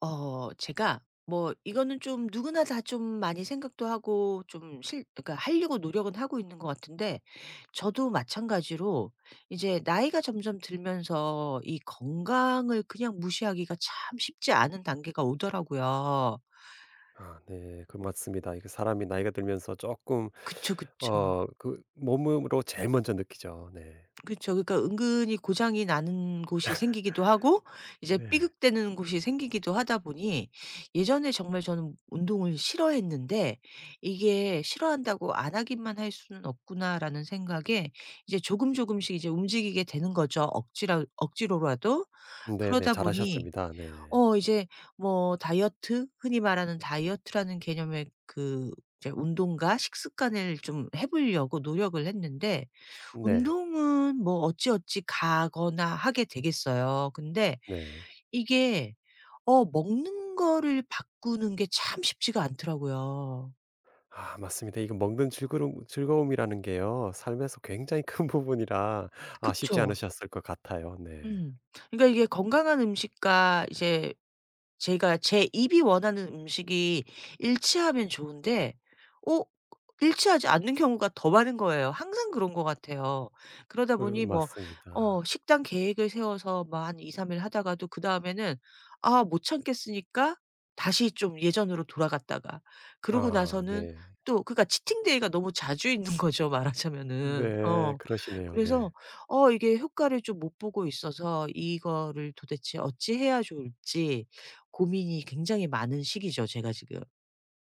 제가 뭐 이거는 좀 누구나 다 좀 많이 생각도 하고 좀 실 그러니까 하려고 노력은 하고 있는 것 같은데, 저도 마찬가지로 이제 나이가 점점 들면서 이 건강을 그냥 무시하기가 참 쉽지 않은 단계가 오더라고요. 아, 네. 맞습니다. 이게 사람이 나이가 들면서 조금 그쵸, 그쵸. 몸으로 제일 먼저 느끼죠. 네. 그쵸. 그러니까 은근히 고장이 나는 곳이 생기기도 하고 이제 네. 삐걱대는 곳이 생기기도 하다 보니, 예전에 정말 저는 운동을 싫어했는데 이게 '싫어한다고 안 하기만 할 수는 없구나.'라는 생각에 이제 조금 조금씩 이제 움직이게 되는 거죠, 억지라 억지로라도. 네네, 그러다 보니 잘하셨습니다. 네. 이제 뭐 다이어트, 흔히 말하는 다이어트라는 개념의 그 이제 운동과 식습관을 좀 해 보려고 노력을 했는데, 네. 운동은 뭐 어찌어찌 가거나 하게 되겠어요. 근데 네. 이게 먹는 거를 바꾸는 게 참 쉽지가 않더라고요. 아, 맞습니다. 이거 먹는 즐거움이라는 게요, 삶에서 굉장히 큰 부분이라 아, 쉽지 그쵸. 않으셨을 것 같아요. 네. 음. 그러니까 이게 건강한 음식과 이제 제가 제 입이 원하는 음식이 일치하면 좋은데, 어 일치하지 않는 경우가 더 많은 거예요. 항상 그런 것 같아요. 그러다 으, 보니 뭐, 맞습니다. 식단 계획을 세워서 뭐 한 2-3일 하다가도 그다음에는 아 못 참겠으니까 다시 좀 예전으로 돌아갔다가, 그러고 아, 나서는 네. 또 그러니까 치팅 데이가 너무 자주 있는 거죠, 말하자면은. 네. 어. 그러시네요. 네. 그래서 이게 효과를 좀 못 보고 있어서 이거를 도대체 어찌 해야 좋을지 고민이 굉장히 많은 시기죠 제가 지금.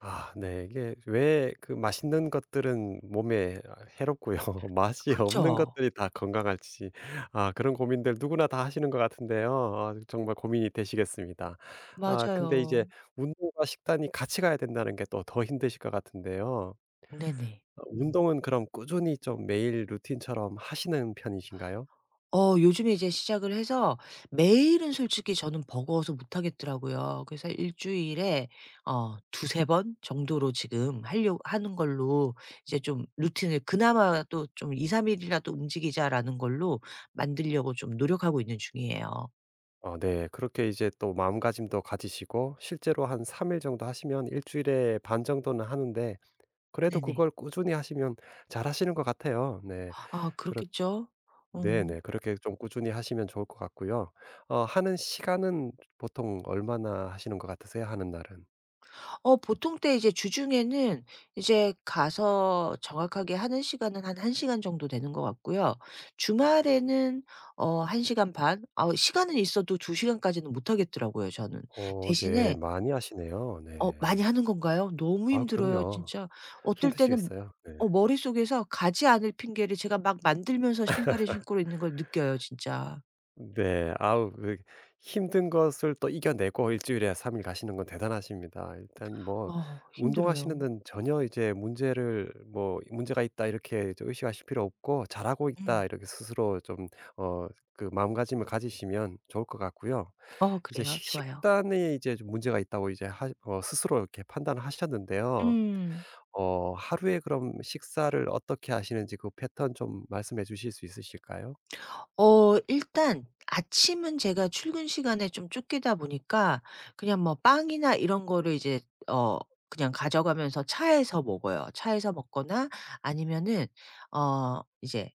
아, 네. 이게 왜 맛있는 것들은 몸에 아 해롭고요. 맛이 없는 그쵸. 것들이 다 건강할지 아, 그런 고민들 누구나 다 하시는 것 같은데요. 아, 정말 고민이 되시겠습니다. 아, 근데 맞아요. 이제 운동과 식단이 같이 가야 된다는 게 또 더 힘드실 것 같은데요. 네네. 아, 운동은 그럼 꾸준히 좀 매일 루틴처럼 하시는 편이신가요? 요즘에 이제 시작을 해서 매일은 솔직히 저는 버거워서 못 하겠더라고요. 그래서 일 주일에 두세 번 정도로 지금 하려 하는 걸로 이제 좀 루틴을 그나마 또 좀 '이삼 일이라도 움직이자.'라는 걸로 만들려고 좀 노력하고 있는 중이에요. 어, 네. 그렇게 이제 또 마음가짐도 가지시고 실제로 한 3일 정도 하시면 일 주일에 반 정도는 하는데, 그래도 네네. 그걸 꾸준히 하시면 잘하시는 것 같아요. 네. 아 그렇 그렇겠죠. 어. 네네. 그렇게 좀 꾸준히 하시면 좋을 것 같고요. 어, 하는 시간은 보통 얼마나 하시는 것 같으세요? 하는 날은? 보통 때 이제 주중에는 이제 가서 정확하게 하는 시간은 한 1 시간 정도 되는 것 같고요. 주말에는 1 시간 반, 아 시간은 있어도 2 시간까지는 못 하겠더라고요 저는. 어, 네. 대신에 많이 하시네요. 네. 많이 하는 건가요? 너무 아, 힘들어요 그럼요. 진짜. 어떨 때는 힘드시겠어요. 네. 머릿속에서 가지 않을 핑계를 제가 막 만들면서 신발을 신고 있는 걸 느껴요 진짜. 네. 아우, 힘든 것을 또 이겨내고 일 주일에 3일 가시는 건 대단하십니다. 일단, 뭐 힘들어요. 운동하시는 데는 전혀 이제 문제를 뭐 '문제가 있다.' 이렇게 저 의식하실 필요 없고 '잘하고 음. 있다.' 이렇게 스스로 좀 어 마음가짐을 가지시면 좋을 것 같고요. 이제 그래요? 식 좋아요. 식단에 이제 좀 문제가 있다고 이제 하 어 스스로 이렇게 판단을 하셨는데요. 음. 어, 하루에 그럼 식사를 어떻게 하시는지 그 패턴 좀 말씀해 주실 수 있으실까요? 일단 아침은 제가 출근 시간에 좀 쫓기다 보니까 그냥 뭐 빵이나 이런 거를 이제 어 그냥 가져가면서 차에서 먹어요. 차에서 먹거나 아니면은 이제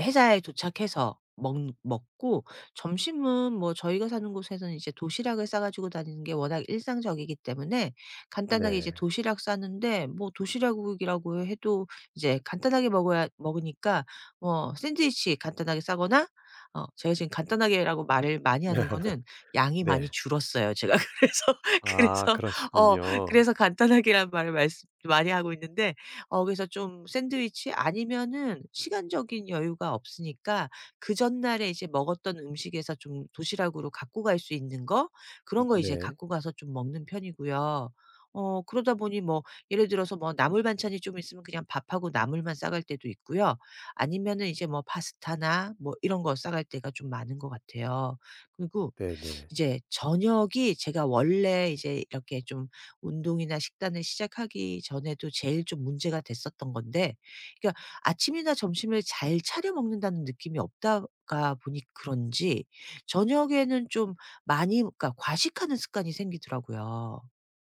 회사에 도착해서 먹 먹고, 점심은 뭐 저희가 사는 곳에서는 이제 도시락을 싸 가지고 다니는 게 워낙 일상적이기 때문에 간단하게 네. 이제 도시락 싸는데, 뭐 도시락국이라고 해도 이제 간단하게 먹어야 먹으니까 뭐 샌드위치 간단하게 싸거나, 제가 지금 간단하게라고 말을 많이 하는 거는 양이 네. 많이 줄었어요 제가. 그래서 아, 그래서 어 그러시군요. 그래서 간단하게란 말을 말씀 많이 하고 있는데, 그래서 좀 샌드위치, 아니면은 시간적인 여유가 없으니까 그 전날에 이제 먹었던 음식에서 좀 도시락으로 갖고 갈 수 있는 거, 그런 음, 거 이제 네. 갖고 가서 좀 먹는 편이고요. 그러다 보니 뭐, 예를 들어서 뭐 나물 반찬이 좀 있으면 그냥 밥하고 나물만 싸갈 때도 있고요. 아니면은 이제 뭐 파스타나 뭐 이런 거 싸갈 때가 좀 많은 것 같아요. 그리고 네네. 이제 저녁이, 제가 원래 이제 이렇게 좀 운동이나 식단을 시작하기 전에도 제일 좀 문제가 됐었던 건데, 그러니까 아침이나 점심을 잘 차려 먹는다는 느낌이 없다가 보니 그런지 저녁에는 좀 많이 그러니까 과식하는 습관이 생기더라고요.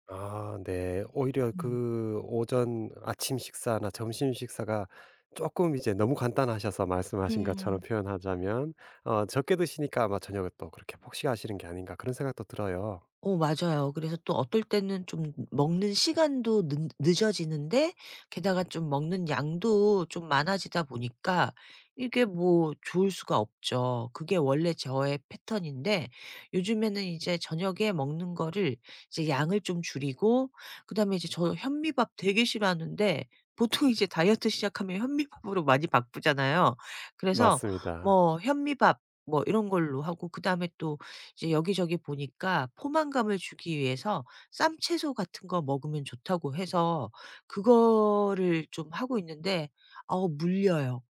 아, 네. 오히려 음. 그 오전 아침 식사나 점심 식사가 조금 이제 너무 간단하셔서 말씀하신 것처럼 음. 표현하자면 어 적게 드시니까 아마 저녁에 또 그렇게 폭식하시는 게 아닌가, 그런 생각도 들어요. 맞아요. 그래서 또 어떨 때는 좀 먹는 시간도 는 늦어지는데, 게다가 좀 먹는 양도 좀 많아지다 보니까 이게 뭐 좋을 수가 없죠. 그게 원래 저의 패턴인데, 요즘에는 이제 저녁에 먹는 거를 이제 양을 좀 줄이고, 그다음에 이제 저 현미밥 되게 싫어하는데, 보통 이제 다이어트 시작하면 현미밥으로 많이 바쁘잖아요. 그래서 맞습니다. 뭐 현미밥 뭐 이런 걸로 하고, 그다음에 또 이제 여기저기 보니까 포만감을 주기 위해서 쌈채소 같은 거 먹으면 좋다고 해서 그거를 좀 하고 있는데, 아우 물려요.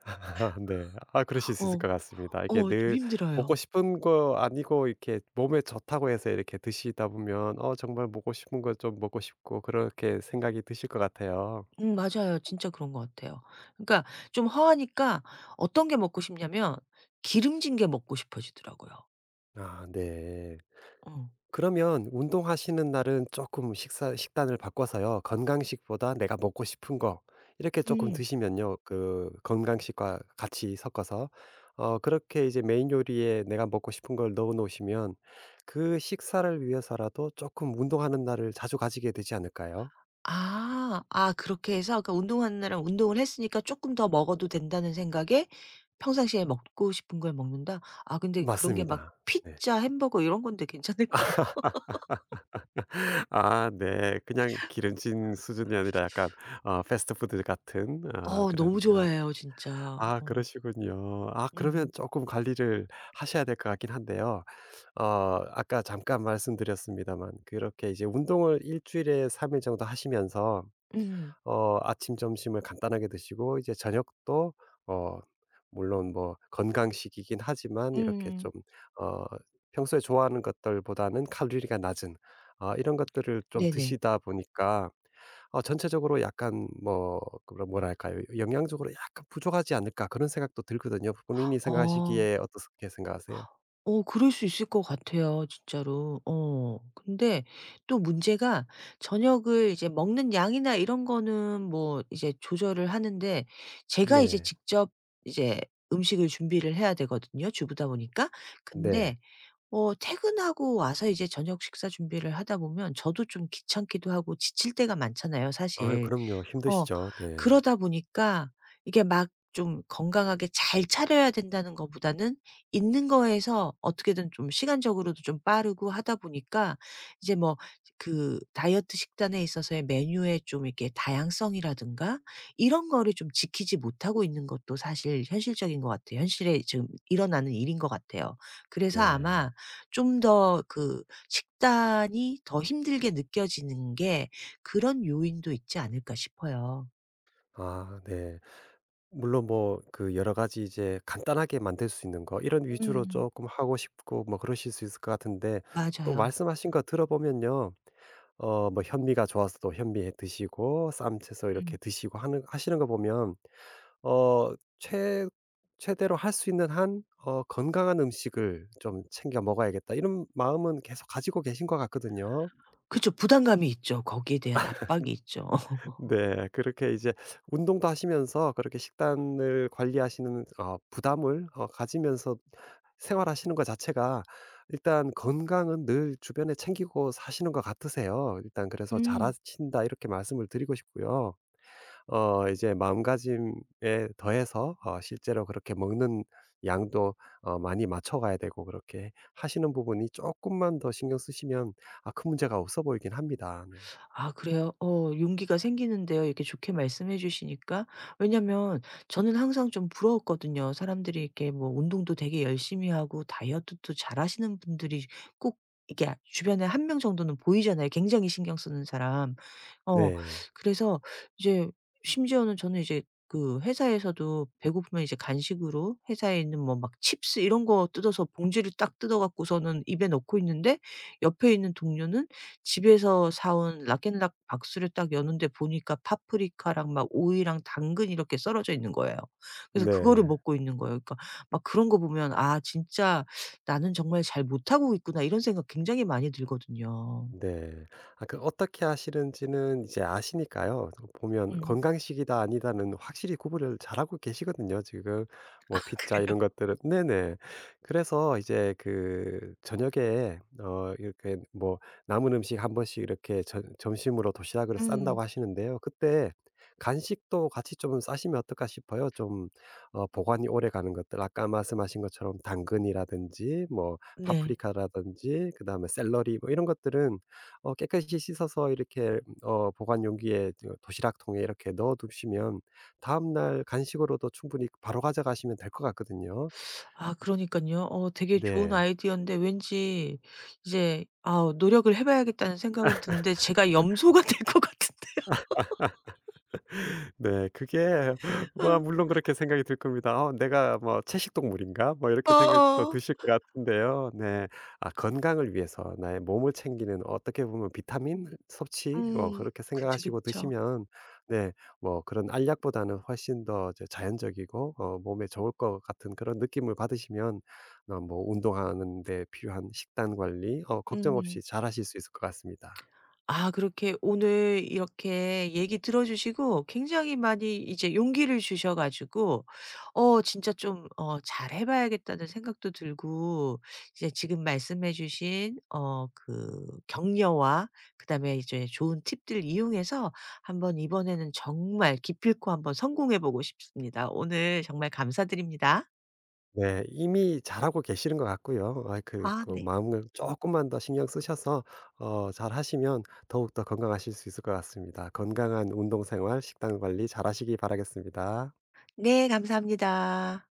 네. 아, 그러실 수 있을 어. 것 같습니다. 이게 좀 늘 힘들어요. 먹고 싶은 거 아니고 이렇게 몸에 좋다고 해서 이렇게 드시다 보면 어 정말 먹고 싶은 거 좀 먹고 싶고 그렇게 생각이 드실 것 같아요. 맞아요. 진짜 그런 것 같아요. 그러니까 좀 허하니까, 어떤 게 먹고 싶냐면 기름진 게 먹고 싶어지더라고요. 아, 네. 어. 그러면 운동하시는 날은 조금 식사 식단을 바꿔서요, 건강식보다 내가 먹고 싶은 거 이렇게 조금 음. 드시면요. 그 건강식과 같이 섞어서 어 그렇게 이제 메인 요리에 내가 먹고 싶은 걸 넣어 놓으시면 그 식사를 위해서라도 조금 운동하는 날을 자주 가지게 되지 않을까요? 아. 아 그렇게 해서, 그러니까 운동하는 날은 운동을 했으니까 조금 더 먹어도 된다는 생각에 평상시에 먹고 싶은 걸 먹는다? 아 근데 그런 게 막 맞습니다. 네. 피자, 햄버거 이런 건데 괜찮을까요? 아, 네. 그냥 기름진 수준이 아니라 약간 어 패스트푸드 같은, 아 그런, 너무 아 좋아해요 진짜. 아, 어. 그러시군요. 아, 그러면 음. 조금 관리를 하셔야 될 것 같긴 한데요. 어, 아까 잠깐 말씀드렸습니다만 그렇게 이제 운동을 일 주일에 3일 정도 하시면서 음. 어 아침 점심을 간단하게 드시고 이제 저녁도 어 물론 뭐 건강식이긴 하지만 이렇게 좀 음. 어 평소에 좋아하는 것들보다는 칼로리가 낮은 아 이런 것들을 좀 네네. 드시다 보니까 어 전체적으로 약간 뭐 그런 뭐랄까요? '영양적으로 약간 부족하지 않을까?' 그런 생각도 들거든요. 본인이 어. 생각하시기에 어떻게 생각하세요? 그럴 수 있을 것 같아요 진짜로. 어. 근데 또 문제가, 저녁을 이제 먹는 양이나 이런 거는 뭐 이제 조절을 하는데, 제가 이제 네. 직접 이제 음식을 준비를 해야 되거든요 주부다 보니까. 네. 근데 퇴근하고 와서 이제 저녁 식사 준비를 하다 보면 저도 좀 귀찮기도 하고 지칠 때가 많잖아요 아, 사실. 그럼요. 어. 힘드시죠. 네. 그러다 보니까 이게 막 좀 건강하게 잘 차려야 된다는 것보다는 있는 거에서 어떻게든 좀 시간적으로도 좀 빠르고 하다 보니까 이제 뭐, 그 다이어트 식단에 있어서의 메뉴의 좀 이렇게 다양성이라든가 이런 거를 좀 지키지 못하고 있는 것도 사실 현실적인 것 같아요. 현실에 지금 일어나는 일인 것 같아요. 그래서 네. 아마 좀 더 그 식단이 더 힘들게 느껴지는 게 그런 요인도 있지 않을까 싶어요. 아, 네. 물론 뭐 그 여러 가지 이제 간단하게 만들 수 있는 거 이런 위주로 음. 조금 하고 싶고 뭐 그러실 수 있을 것 같은데, 또 맞아요. 말씀하신 거 들어보면요, 어 뭐 현미가 좋아서 또 현미에 드시고 쌈 채서 이렇게 음. 드시고 하는 하시는 거 보면 어 최 '최대로 할 수 있는 한 어 건강한 음식을 좀 챙겨 먹어야겠다.' 이런 마음은 계속 가지고 계신 것 같거든요. 그쵸. 부담감이 있죠. 거기에 대한 압박이 있죠. 네. 그렇게 이제 운동도 하시면서 그렇게 식단을 관리하시는 어 부담을 어 가지면서 생활하시는 것 자체가, 일단 건강은 늘 주변에 챙기고 사시는 것 같으세요. 일단, 그래서 음. "잘하신다." 이렇게 말씀을 드리고 싶고요. 어, 이제 마음가짐에 더해서 어 실제로 그렇게 먹는 양도 어 많이 맞춰가야 되고, 그렇게 하시는 부분이 조금만 더 신경 쓰시면 아 큰 문제가 없어 보이긴 합니다. 네. 아 그래요? 용기가 생기는데요. 이렇게 좋게 말씀해 주시니까. 왜냐면 저는 항상 좀 부러웠거든요. 사람들이 이렇게 뭐 운동도 되게 열심히 하고 다이어트도 잘하시는 분들이 꼭 이게, 아 주변에 한 명 정도는 보이잖아요, 굉장히 신경 쓰는 사람. 어 네. 그래서 이제 심지어는 저는 이제 그 회사에서도 배고프면 이제 간식으로 회사에 있는 뭐 막 칩스 이런 거 뜯어서 봉지를 딱 뜯어 갖고서는 입에 넣고 있는데, 옆에 있는 동료는 집에서 사온 락앤락 박스를 딱 여는데 보니까 파프리카랑 막 오이랑 당근 이렇게 썰어져 있는 거예요. 그래서 그거를 네. 먹고 있는 거예요. 그러니까 막 그런 거 보면 '아 진짜 나는 정말 잘 못하고 있구나.' 이런 생각 굉장히 많이 들거든요. 네. 어떻게 하시는지는 이제 아시니까요. 어, 보면 음 건강식이다 아니다는 확실히 구분을 잘하고 계시거든요 지금. 뭐 피자 그래요? 이런 것들은. 네네. 그래서 이제 그 저녁에 어 이렇게 뭐 남은 음식 한 번씩 이렇게 저 점심으로 도시락으로 싼다고 음. 하시는데요. 그때 간식도 같이 좀 싸시면 어떨까 싶어요. 좀 어 보관이 오래가는 것들, 아까 말씀하신 것처럼 당근이라든지 뭐 네. 파프리카라든지 그다음에 샐러리 뭐 이런 것들은 어 깨끗이 씻어서 이렇게 어 보관 용기에 저 도시락통에 이렇게 넣어 두시면 다음날 간식으로도 충분히 바로 가져가시면 될 것 같거든요. 아 그러니깐요. 되게 좋은 네. 아이디어인데 왠지 이제 아 노력을 해 봐야겠다는 생각은 드는데 제가 염소가 될 것 같은데. 네. 그게 뭐 어. 물론 그렇게 생각이 들 겁니다. '어 내가 뭐 채식 동물인가?' 뭐 이렇게 생각도 어어. 드실 것 같은데요. 네. 아, 건강을 위해서 나의 몸을 챙기는, 어떻게 보면 비타민 섭취 뭐 음. 그렇게 그쵸, 생각하시고 그쵸. 드시면 네 뭐 그런 알약보다는 훨씬 더 이제 자연적이고 어 몸에 좋을 것 같은 그런 느낌을 받으시면 어 뭐 운동하는 데 필요한 식단 관리 어 걱정 없이 음. 잘하실 수 있을 것 같습니다. 아 그렇게 오늘 이렇게 얘기 들어 주시고 굉장히 많이 이제 용기를 주셔 가지고, 진짜 좀 '잘해 봐야겠다.'는 생각도 들고 이제 지금 말씀해 주신 그 격려와 그다음에 이제 좋은 팁들 이용해서 한번 이번에는 정말 기필코 한번 성공해 보고 싶습니다. 오늘 정말 감사드립니다. 네. 이미 잘하고 계시는 것 같고요. 아 그 네. 마음을 조금만 더 신경 쓰셔서 어 잘하시면 더욱더 건강하실 수 있을 것 같습니다. 건강한 운동 생활, 식단 관리 잘하시기 바라겠습니다. 네 감사합니다.